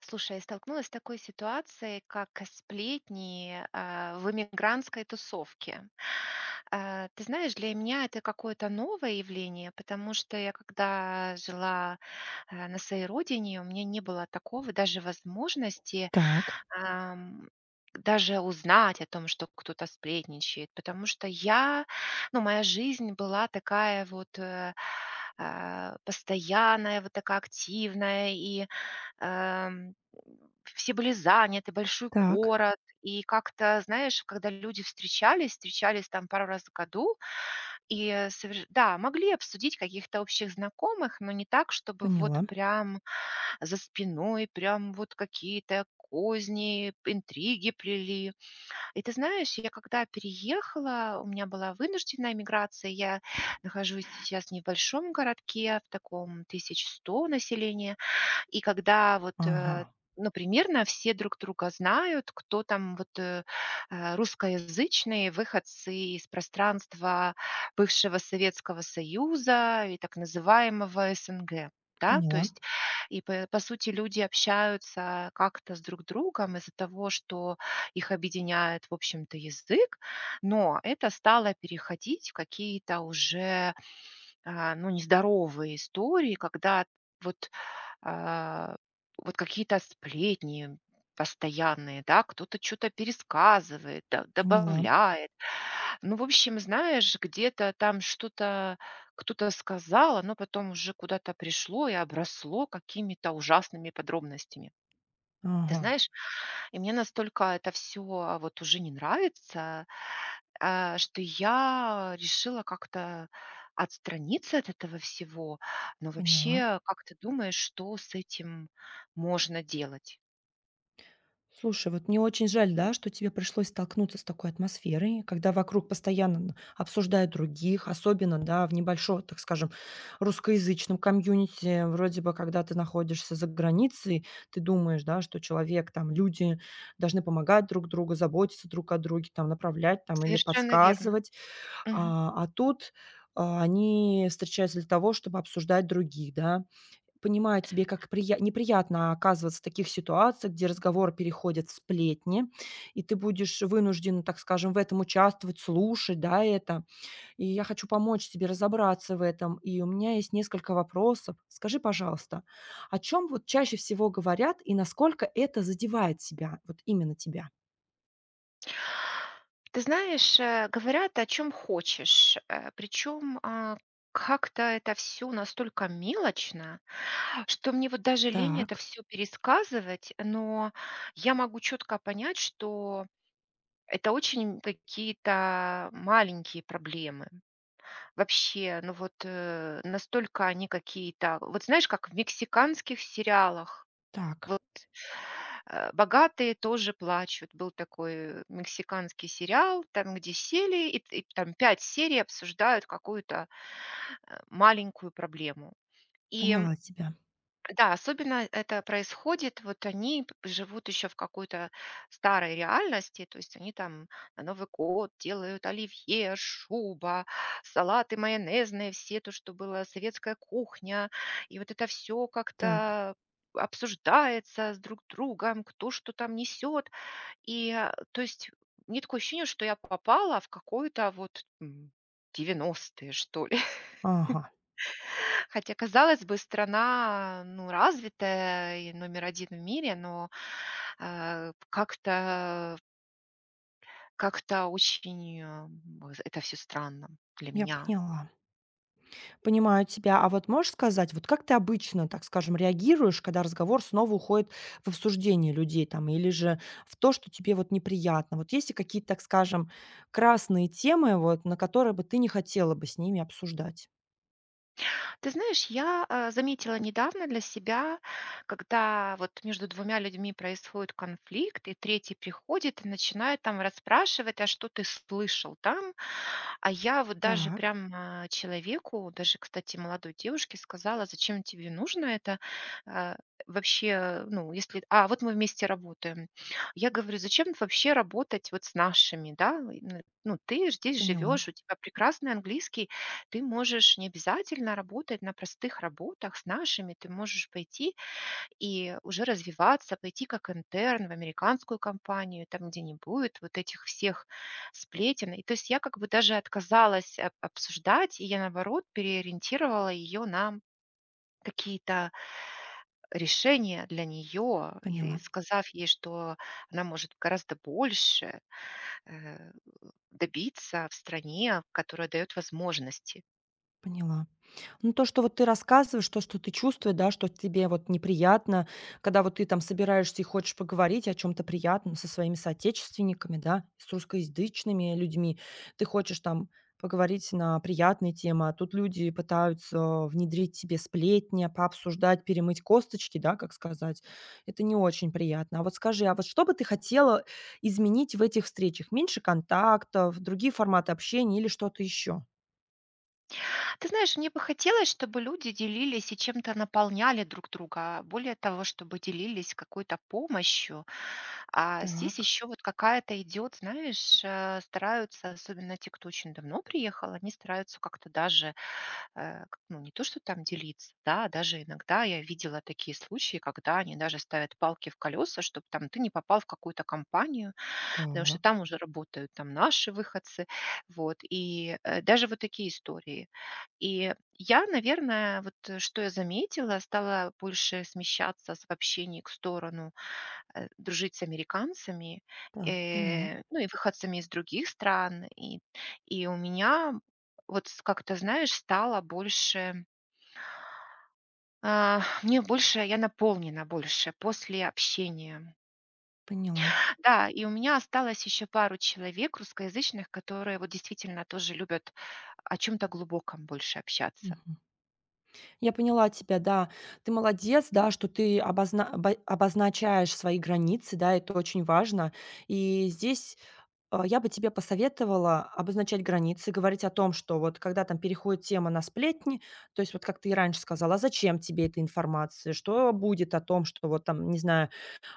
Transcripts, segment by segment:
Слушай, я столкнулась с такой ситуацией, как сплетни в эмигрантской тусовке. Ты знаешь, для меня это какое-то новое явление, потому что я, когда жила на своей родине, у меня не было такого, даже возможности Так, ам, даже узнать о том, что кто-то сплетничает, потому что я, ну, моя жизнь была такая вот постоянная, вот такая активная, и ам, все были заняты, большой так, город, и как-то, знаешь, когда люди встречались, встречались там пару раз в году, и э, соверш да, могли обсудить каких-то общих знакомых, но не так, чтобы вот поняла. прям за спиной, прям вот какие-то козни, интриги плели. И ты знаешь, я когда переехала, у меня была вынужденная миграция. Я нахожусь сейчас в небольшом городке, в таком 1100 населения. И когда вот, Ага, ну, примерно все друг друга знают, кто там вот русскоязычные выходцы из пространства бывшего Советского Союза и так называемого СНГ. Да, то поняла, есть, и по сути люди общаются как-то с друг другом из-за того, что их объединяет, в общем-то, язык, но это стало переходить в какие-то уже, ну, нездоровые истории, когда вот а, вот какие-то сплетни постоянные, да, кто-то что-то пересказывает, да, поняла. добавляет. Ну, в общем, знаешь, где-то там что-то кто-то сказал, оно потом уже куда-то пришло и обросло какими-то ужасными подробностями. Ты Ага, знаешь, и мне настолько это все вот уже не нравится, что я решила как-то отстраниться от этого всего. Но поняла. вообще, как ты думаешь, что с этим можно делать? Слушай, вот мне очень жаль, да, что тебе пришлось столкнуться с такой атмосферой, когда вокруг постоянно обсуждают других, особенно, да, в небольшом, так скажем, русскоязычном комьюнити. Вроде бы, когда ты находишься за границей, ты думаешь, да, что человек, там, люди должны помогать друг другу, заботиться друг о друге, там, направлять, там, или Совершенно верно. подсказывать. Мгм. А тут, они встречаются для того, чтобы обсуждать других, да. Понимаю, тебе как прия неприятно оказываться в таких ситуациях, где разговор переходит в сплетни, и ты будешь вынужден, так скажем, в этом участвовать, слушать, да, это. И я хочу помочь тебе разобраться в этом, и у меня есть несколько вопросов. Скажи, пожалуйста, о чем вот чаще всего говорят и насколько это задевает тебя, вот именно тебя? Ты знаешь, говорят, о чем хочешь. Причем как-то это все настолько мелочно, что мне вот даже лень это Так, все пересказывать, но я могу четко понять, что это очень какие-то маленькие проблемы. Вообще, ну вот, настолько они какие-то. Вот знаешь, как в мексиканских сериалах, так, вот, богатые тоже плачут. Был такой мексиканский сериал, там, где сели, и там 5 серий обсуждают какую-то маленькую проблему. И поняла тебя. да, особенно это происходит, вот они живут еще в какой-то старой реальности, то есть они там на Новый год делают оливье, шуба, салаты майонезные, все то, что было советская кухня, и вот это все Так, как-то обсуждается с друг другом, кто что там несет, и то есть мне такое ощущение, что я попала в какое-то вот 90-е, что ли. ага. Хотя, казалось бы, страна, ну, развитая и номер один в мире, но как-то как-то очень это все странно для Я меня. поняла. Понимаю тебя. А вот можешь сказать, вот как ты обычно, так скажем, реагируешь, когда разговор снова уходит в обсуждение людей там или же в то, что тебе вот неприятно? Вот есть ли какие-то, так скажем, красные темы, вот, на которые бы ты не хотела бы с ними обсуждать? Ты знаешь, я заметила недавно для себя, когда вот между двумя людьми происходит конфликт, и третий приходит и начинает там расспрашивать, а что ты слышал там? А я вот даже Так, прям человеку, даже, кстати, молодой девушке сказала, зачем тебе нужно это. А, Вообще, ну, если. Вот мы вместе работаем. Я говорю, зачем вообще работать вот с нашими, да? Ну, ты ж здесь поняла, живешь, у тебя прекрасный английский, ты можешь не обязательно работать на простых работах с нашими, ты можешь пойти и уже развиваться, пойти как интерн в американскую компанию, там, где не будет вот этих всех сплетен. И то есть я как бы даже отказалась обсуждать, и я, наоборот, переориентировала ее на какие-то решения для нее, и поняла, сказав ей, что она может гораздо больше э, добиться в стране, которая дает возможности. поняла. Ну, то, что вот ты рассказываешь, то, что ты чувствуешь, да, что тебе вот неприятно, когда вот ты там собираешься и хочешь поговорить о чем-то приятном со своими соотечественниками, да, с русскоязычными людьми, ты хочешь там поговорить на приятные темы, а тут люди пытаются внедрить тебе сплетни, а пообсуждать, перемыть косточки, да, как сказать. Это не очень приятно. А вот скажи, а вот что бы ты хотела изменить в этих встречах? Меньше контактов, другие форматы общения или что-то еще? Ты знаешь, мне бы хотелось, чтобы люди делились и чем-то наполняли друг друга, а более того, чтобы делились какой-то помощью. А здесь Так. еще вот какая-то идет, знаешь, стараются, особенно те, кто очень давно приехал, они стараются как-то даже ну, не то, что там делиться, да, а даже иногда я видела такие случаи, когда они даже ставят палки в колеса, чтобы там ты не попал в какую-то компанию, потому что Так. там уже работают там наши выходцы, вот, и даже вот такие истории. И я, наверное, вот, что я заметила, стала больше смещаться с в общении к сторону, дружить с американцами, Так, поняла, ну, и выходцами из других стран. И у меня вот с как-то, знаешь, стало больше, мне больше я наполнена больше после общения. поняла. Да, и у меня осталось еще пару человек русскоязычных, которые вот действительно тоже любят о чем-то глубоком больше общаться. Мгм. Я поняла тебя, да. Ты молодец, да, что ты обозначаешь свои границы, да, это очень важно. И здесь, я бы тебе посоветовала обозначать границы, говорить о том, что вот когда там переходит тема на сплетни, то есть вот как ты и раньше сказала: "А зачем тебе эта информация? Что будет о том, что вот там, не знаю,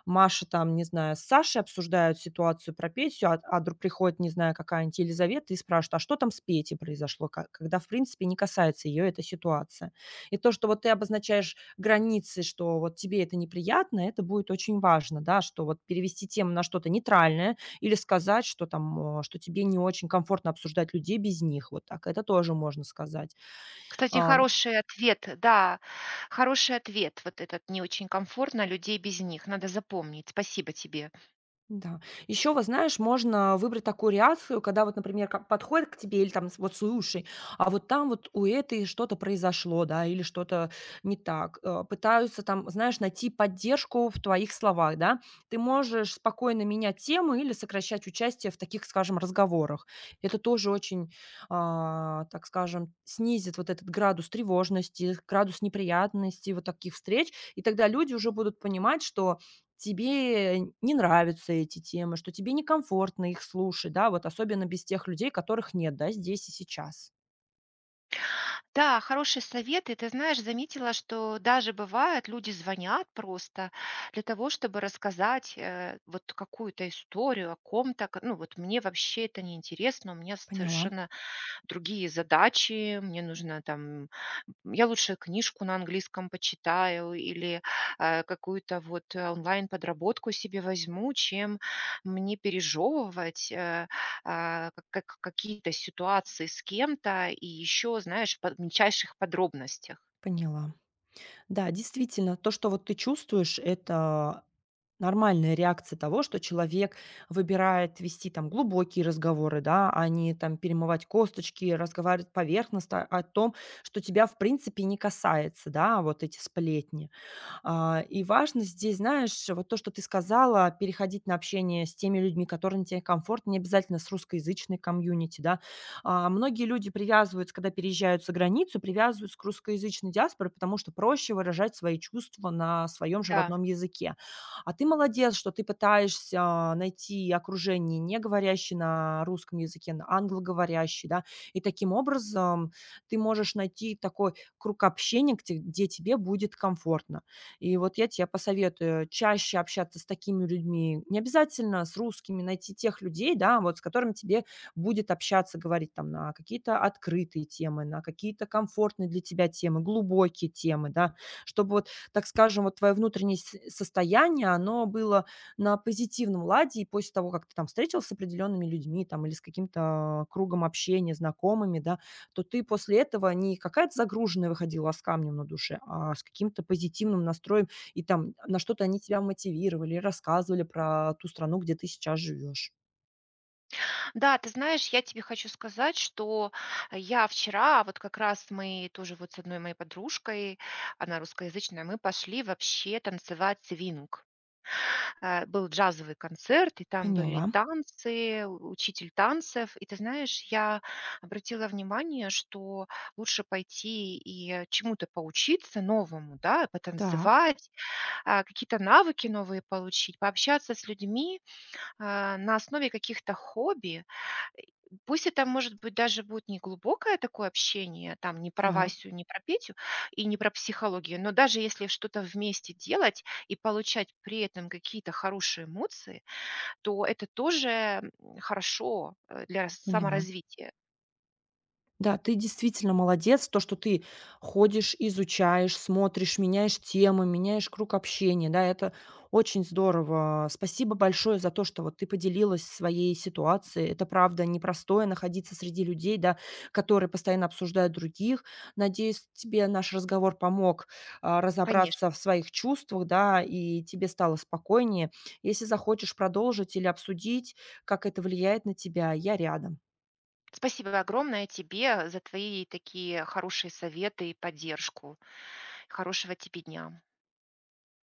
Маша там, не знаю, с Сашей обсуждают ситуацию про Петю, а дру приходит, не знаю, какая-нибудь Елизавета и спрашивает: "А что там с Петей произошло?" Ко Когда, в принципе, не касается ее эта ситуация. И то, что вот ты обозначаешь границы, что вот тебе это неприятно, это будет очень важно, да, что вот перевести тему на что-то нейтральное или сказать, что там, что тебе не очень комфортно обсуждать людей без них. Вот так. Это тоже можно сказать. Кстати, А хороший ответ, да, хороший ответ. Вот этот не очень комфортно, людей без них. Надо запомнить. Спасибо тебе. да. Еще, вот знаешь, можно выбрать такую реакцию, когда вот, например, ка подходит к тебе или там с вот слушай, а вот там вот у этой что-то произошло, да, или что-то не так. Пытаются там, знаешь, найти поддержку в твоих словах, да. Ты можешь спокойно менять тему или сокращать участие в таких, скажем, разговорах. Это тоже очень, так скажем, снизит вот этот градус тревожности, градус неприятности вот таких встреч. И тогда люди уже будут понимать, что тебе не нравятся эти темы, что тебе некомфортно их слушать, да, вот особенно без тех людей, которых нет, да, здесь и сейчас. Да, хороший совет. И ты знаешь, заметила, что даже бывает, люди звонят просто для того, чтобы рассказать вот какую-то историю о ком-то. Ну вот мне вообще это не интересно, у меня Поняла, совершенно другие задачи, мне нужно там, я лучше книжку на английском почитаю или какую-то вот онлайн-подработку себе возьму, чем мне пережевывать какие-то ситуации с кем-то и еще, знаешь, в мельчайших подробностях. поняла. Да, действительно, то, что вот ты чувствуешь, это нормальная реакция того, что человек выбирает вести там глубокие разговоры, да, а не там перемывать косточки, разговаривать поверхностно о том, что тебя в принципе не касается, да, вот эти сплетни. И важно здесь, знаешь, вот то, что ты сказала, переходить на общение с теми людьми, которым тебе комфортно, не обязательно с русскоязычной комьюнити, да. Многие люди привязываются, когда переезжают за границу, привязываются к русскоязычной диаспоре, потому что проще выражать свои чувства на своем же Да. родном языке. А ты молодец, что ты пытаешься найти окружение, не говорящее на русском языке, на англоговорящее, да, и таким образом ты можешь найти такой круг общения, где, где тебе будет комфортно. И вот я тебе посоветую чаще общаться с такими людьми. Не обязательно с русскими найти тех людей, да, вот с которыми тебе будет общаться, говорить там на какие-то открытые темы, на какие-то комфортные для тебя темы, глубокие темы, да, чтобы вот, так скажем, вот твое внутреннее состояние, оно было на позитивном ладе, и после того, как ты там встретился с определенными людьми там или с каким-то кругом общения, знакомыми, да, то ты после этого не какая-то загруженная выходила, а с камнем на душе, а с каким-то позитивным настроем. И там на что-то они тебя мотивировали, рассказывали про ту страну, где ты сейчас живешь. Да, ты знаешь, я тебе хочу сказать, что я вчера, вот как раз мы тоже вот с одной моей подружкой, она русскоязычная, мы пошли вообще танцевать свинг. Был джазовый концерт, и там были Поняла. танцы, у учитель танцев. И ты знаешь, я обратила внимание, что лучше пойти и чему-то поучиться новому, да, Так, потанцевать, какие-то навыки новые получить, пообщаться с людьми на основе каких-то хобби. Пусть это, может быть, даже будет не глубокое такое общение, там не про так, Васю, не про Петю и не про психологию, но даже если что-то вместе делать и получать при этом какие-то хорошие эмоции, то это тоже хорошо для поняла. саморазвития. Да, ты действительно молодец. То, что ты ходишь, изучаешь, смотришь, меняешь темы, меняешь круг общения. Да, это очень здорово. Спасибо большое за то, что вот ты поделилась своей ситуацией. Это правда непростое находиться среди людей, да, которые постоянно обсуждают других. Надеюсь, тебе наш разговор помог разобраться в Конечно. своих чувствах, да, и тебе стало спокойнее. Если захочешь продолжить или обсудить, как это влияет на тебя, я рядом. Спасибо огромное тебе за твои такие хорошие советы и поддержку. Хорошего тебе дня.